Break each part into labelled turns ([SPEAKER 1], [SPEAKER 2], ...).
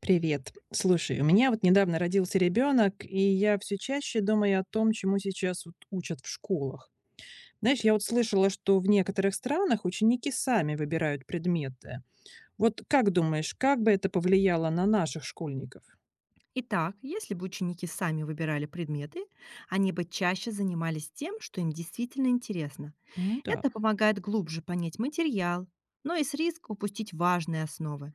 [SPEAKER 1] Привет. Слушай, у меня вот недавно родился ребенок, и я все чаще думаю о том, чему сейчас вот учат в школах. Знаешь, я вот слышала, что в некоторых странах ученики сами выбирают предметы. Вот как думаешь, как бы это повлияло на наших школьников?
[SPEAKER 2] Итак, если бы ученики сами выбирали предметы, они бы чаще занимались тем, что им действительно интересно.
[SPEAKER 1] Ну да.
[SPEAKER 2] Это помогает глубже понять материал, но и с риском упустить важные основы.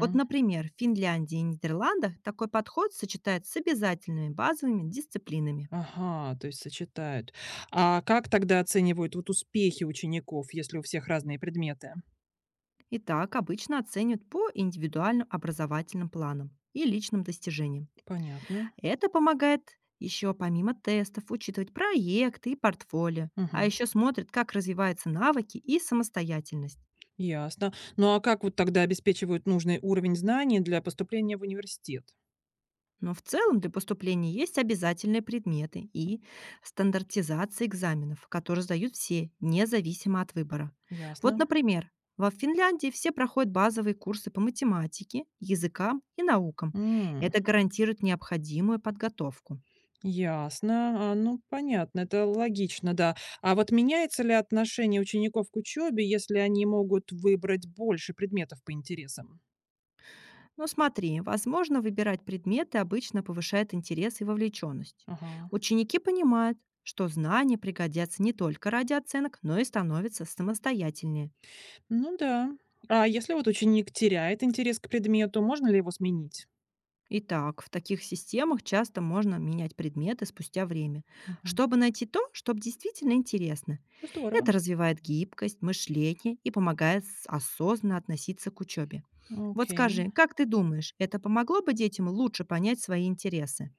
[SPEAKER 2] Вот, например, в Финляндии и Нидерландах такой подход сочетает с обязательными базовыми дисциплинами.
[SPEAKER 1] Ага, то есть сочетают. А как тогда оценивают вот успехи учеников, если у всех разные предметы?
[SPEAKER 2] Итак, обычно оценивают по индивидуальным образовательным планам и личным достижениям.
[SPEAKER 1] Понятно.
[SPEAKER 2] Это помогает еще помимо тестов учитывать проекты и портфолио, а
[SPEAKER 1] Мгм.
[SPEAKER 2] еще смотрят, как развиваются навыки и самостоятельность.
[SPEAKER 1] Ясно. Ну, а как вот тогда обеспечивают нужный уровень знаний для поступления в университет?
[SPEAKER 2] Но в целом для поступления есть обязательные предметы и стандартизация экзаменов, которые сдают все, независимо от выбора. Вот,
[SPEAKER 1] Ясно.
[SPEAKER 2] например, во Финляндии все проходят базовые курсы по математике, языкам и наукам.
[SPEAKER 1] М.
[SPEAKER 2] Это гарантирует необходимую подготовку.
[SPEAKER 1] Ясно. А, ну, понятно, это логично, да. А вот меняется ли отношение учеников к учебе, если они могут выбрать больше предметов по интересам?
[SPEAKER 2] Ну смотри, возможно, выбирать предметы обычно повышает интерес и вовлеченность.
[SPEAKER 1] Ага.
[SPEAKER 2] Ученики понимают, что знания пригодятся не только ради оценок, но и становятся самостоятельнее.
[SPEAKER 1] Ну да. А если вот ученик теряет интерес к предмету, можно ли его сменить?
[SPEAKER 2] Итак, в таких системах часто можно менять предметы спустя время,
[SPEAKER 1] Мгм.
[SPEAKER 2] чтобы найти то, что действительно интересно.
[SPEAKER 1] Здорово.
[SPEAKER 2] Это развивает гибкость, мышление и помогает осознанно относиться к учебе. Вот
[SPEAKER 1] Окей.
[SPEAKER 2] скажи, как ты думаешь, это помогло бы детям лучше понять свои интересы?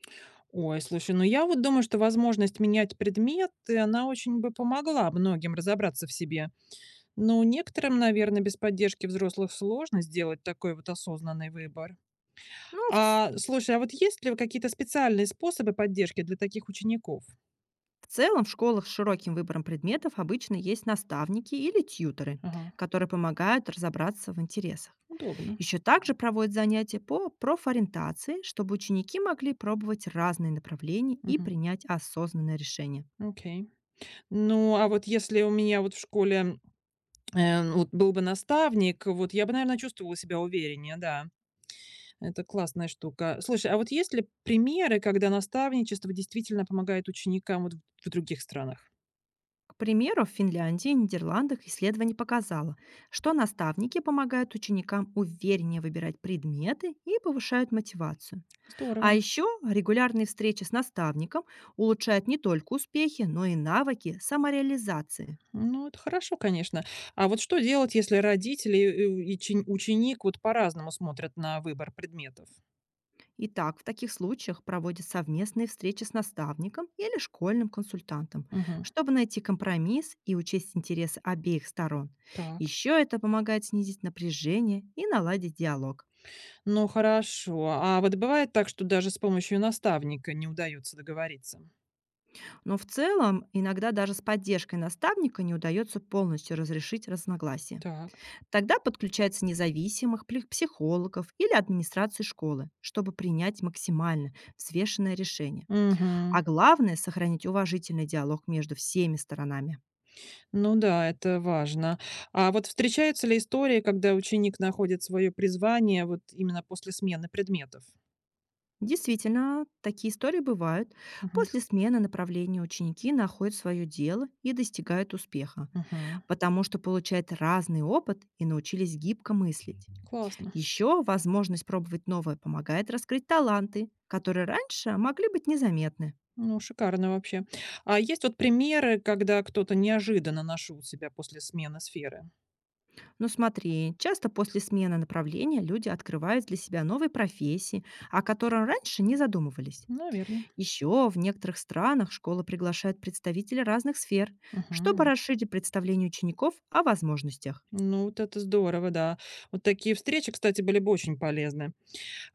[SPEAKER 1] Ой, слушай, ну я вот думаю, что возможность менять предметы, она очень бы помогла многим разобраться в себе. Но некоторым, наверное, без поддержки взрослых сложно сделать такой вот осознанный выбор.
[SPEAKER 2] Ну, в
[SPEAKER 1] А слушай, а вот есть ли какие-то специальные способы поддержки для таких учеников?
[SPEAKER 2] В целом, в школах с широким выбором предметов обычно есть наставники или тьюторы,
[SPEAKER 1] Ага,
[SPEAKER 2] которые помогают разобраться в интересах.
[SPEAKER 1] удобно.
[SPEAKER 2] Еще также проводят занятия по профориентации, чтобы ученики могли пробовать разные направления и
[SPEAKER 1] Мгм.
[SPEAKER 2] принять осознанное решение.
[SPEAKER 1] Окей. Ну, а вот если у меня вот в школе вот был бы наставник, вот я бы, наверное, чувствовала себя увереннее, да. Это классная штука. Слушай, а вот есть ли примеры, когда наставничество действительно помогает ученикам вот в других странах?
[SPEAKER 2] К примеру, в Финляндии и Нидерландах исследование показало, что наставники помогают ученикам увереннее выбирать предметы и повышают мотивацию. А
[SPEAKER 1] Здорово.
[SPEAKER 2] еще регулярные встречи с наставником улучшают не только успехи, но и навыки самореализации.
[SPEAKER 1] Ну, это хорошо, конечно. А вот что делать, если родители и чен- ученик вот по-разному смотрят на выбор предметов?
[SPEAKER 2] Итак, в таких случаях проводят совместные встречи с наставником или школьным консультантом,
[SPEAKER 1] Мгм.
[SPEAKER 2] чтобы найти компромисс и учесть интересы обеих сторон.
[SPEAKER 1] Так.
[SPEAKER 2] Еще это помогает снизить напряжение и наладить диалог.
[SPEAKER 1] Ну, хорошо. А вот бывает так, что даже с помощью наставника не удается договориться?
[SPEAKER 2] Но в целом иногда даже с поддержкой наставника не удается полностью разрешить разногласия.
[SPEAKER 1] Так.
[SPEAKER 2] Тогда подключается психологов или администрации школы, чтобы принять максимально взвешенное решение.
[SPEAKER 1] Угу.
[SPEAKER 2] А главное– сохранить уважительный диалог между всеми сторонами.
[SPEAKER 1] Ну да, это важно. А вот встречаются ли истории, когда ученик находит свое призвание вот именно после смены предметов?
[SPEAKER 2] Действительно, такие истории бывают.
[SPEAKER 1] Мгм.
[SPEAKER 2] После смены направления ученики находят свое дело и достигают успеха,
[SPEAKER 1] Мгм.
[SPEAKER 2] потому что получают разный опыт и научились гибко мыслить.
[SPEAKER 1] Классно.
[SPEAKER 2] Еще возможность пробовать новое помогает раскрыть таланты, которые раньше могли быть незаметны.
[SPEAKER 1] Ну, шикарно вообще. А есть вот примеры, когда кто-то неожиданно нашел себя после смены сферы?
[SPEAKER 2] Ну смотри, часто после смены направления люди открывают для себя новые профессии, о которых раньше не задумывались.
[SPEAKER 1] Наверное.
[SPEAKER 2] Еще в некоторых странах школа приглашает представителей разных сфер, чтобы
[SPEAKER 1] Мгм.
[SPEAKER 2] расширить представление учеников о возможностях.
[SPEAKER 1] Ну, вот это здорово, да. Вот такие встречи, кстати, были бы очень полезны.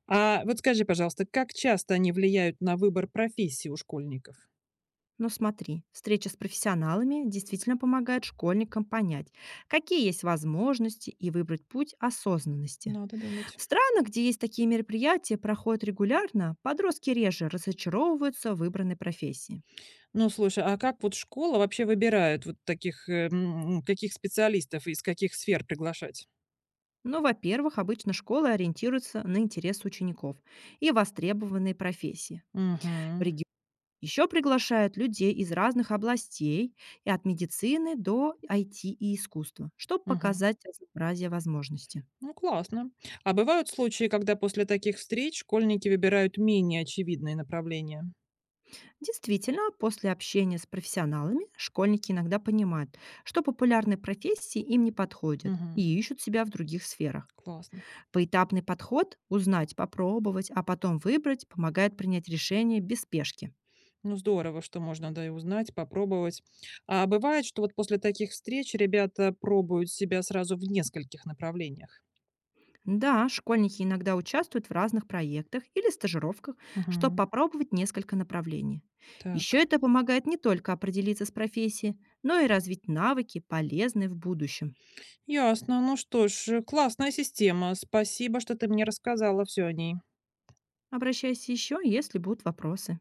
[SPEAKER 1] А вот скажи, пожалуйста, как часто они влияют на выбор профессии у школьников?
[SPEAKER 2] Но смотри, встреча с профессионалами действительно помогает школьникам понять, какие есть возможности и выбрать путь осознанности.
[SPEAKER 1] Надо думать.
[SPEAKER 2] В странах, где есть такие мероприятия, проходят регулярно, подростки реже разочаровываются в выбранной профессии.
[SPEAKER 1] Ну, слушай, а как вот школа вообще выбирает вот таких, каких специалистов из каких сфер приглашать?
[SPEAKER 2] Ну, во-первых, обычно школы ориентируются на интересы учеников и востребованные профессии. В
[SPEAKER 1] Мгм.
[SPEAKER 2] регион еще приглашают людей из разных областей, и от медицины до IT и искусства, чтобы
[SPEAKER 1] Мгм.
[SPEAKER 2] показать разнообразие возможностей.
[SPEAKER 1] Ну, классно. А бывают случаи, когда после таких встреч школьники выбирают менее очевидные направления?
[SPEAKER 2] Действительно, после общения с профессионалами школьники иногда понимают, что популярные профессии им не подходят
[SPEAKER 1] Мгм.
[SPEAKER 2] и ищут себя в других сферах.
[SPEAKER 1] Классно.
[SPEAKER 2] Поэтапный подход– узнать, попробовать, а потом выбрать– помогает принять решение без спешки.
[SPEAKER 1] Ну, здорово, что можно, да, и узнать, попробовать. А бывает, что вот после таких встреч ребята пробуют себя сразу в нескольких направлениях?
[SPEAKER 2] Да, школьники иногда участвуют в разных проектах или стажировках, чтобы
[SPEAKER 1] Мгм.
[SPEAKER 2] попробовать несколько направлений. Еще
[SPEAKER 1] Так.
[SPEAKER 2] это помогает не только определиться с профессией, но и развить навыки, полезные в будущем.
[SPEAKER 1] Ясно. Ну что ж, классная система. Спасибо, что ты мне рассказала все о ней.
[SPEAKER 2] Обращайся еще, если будут вопросы.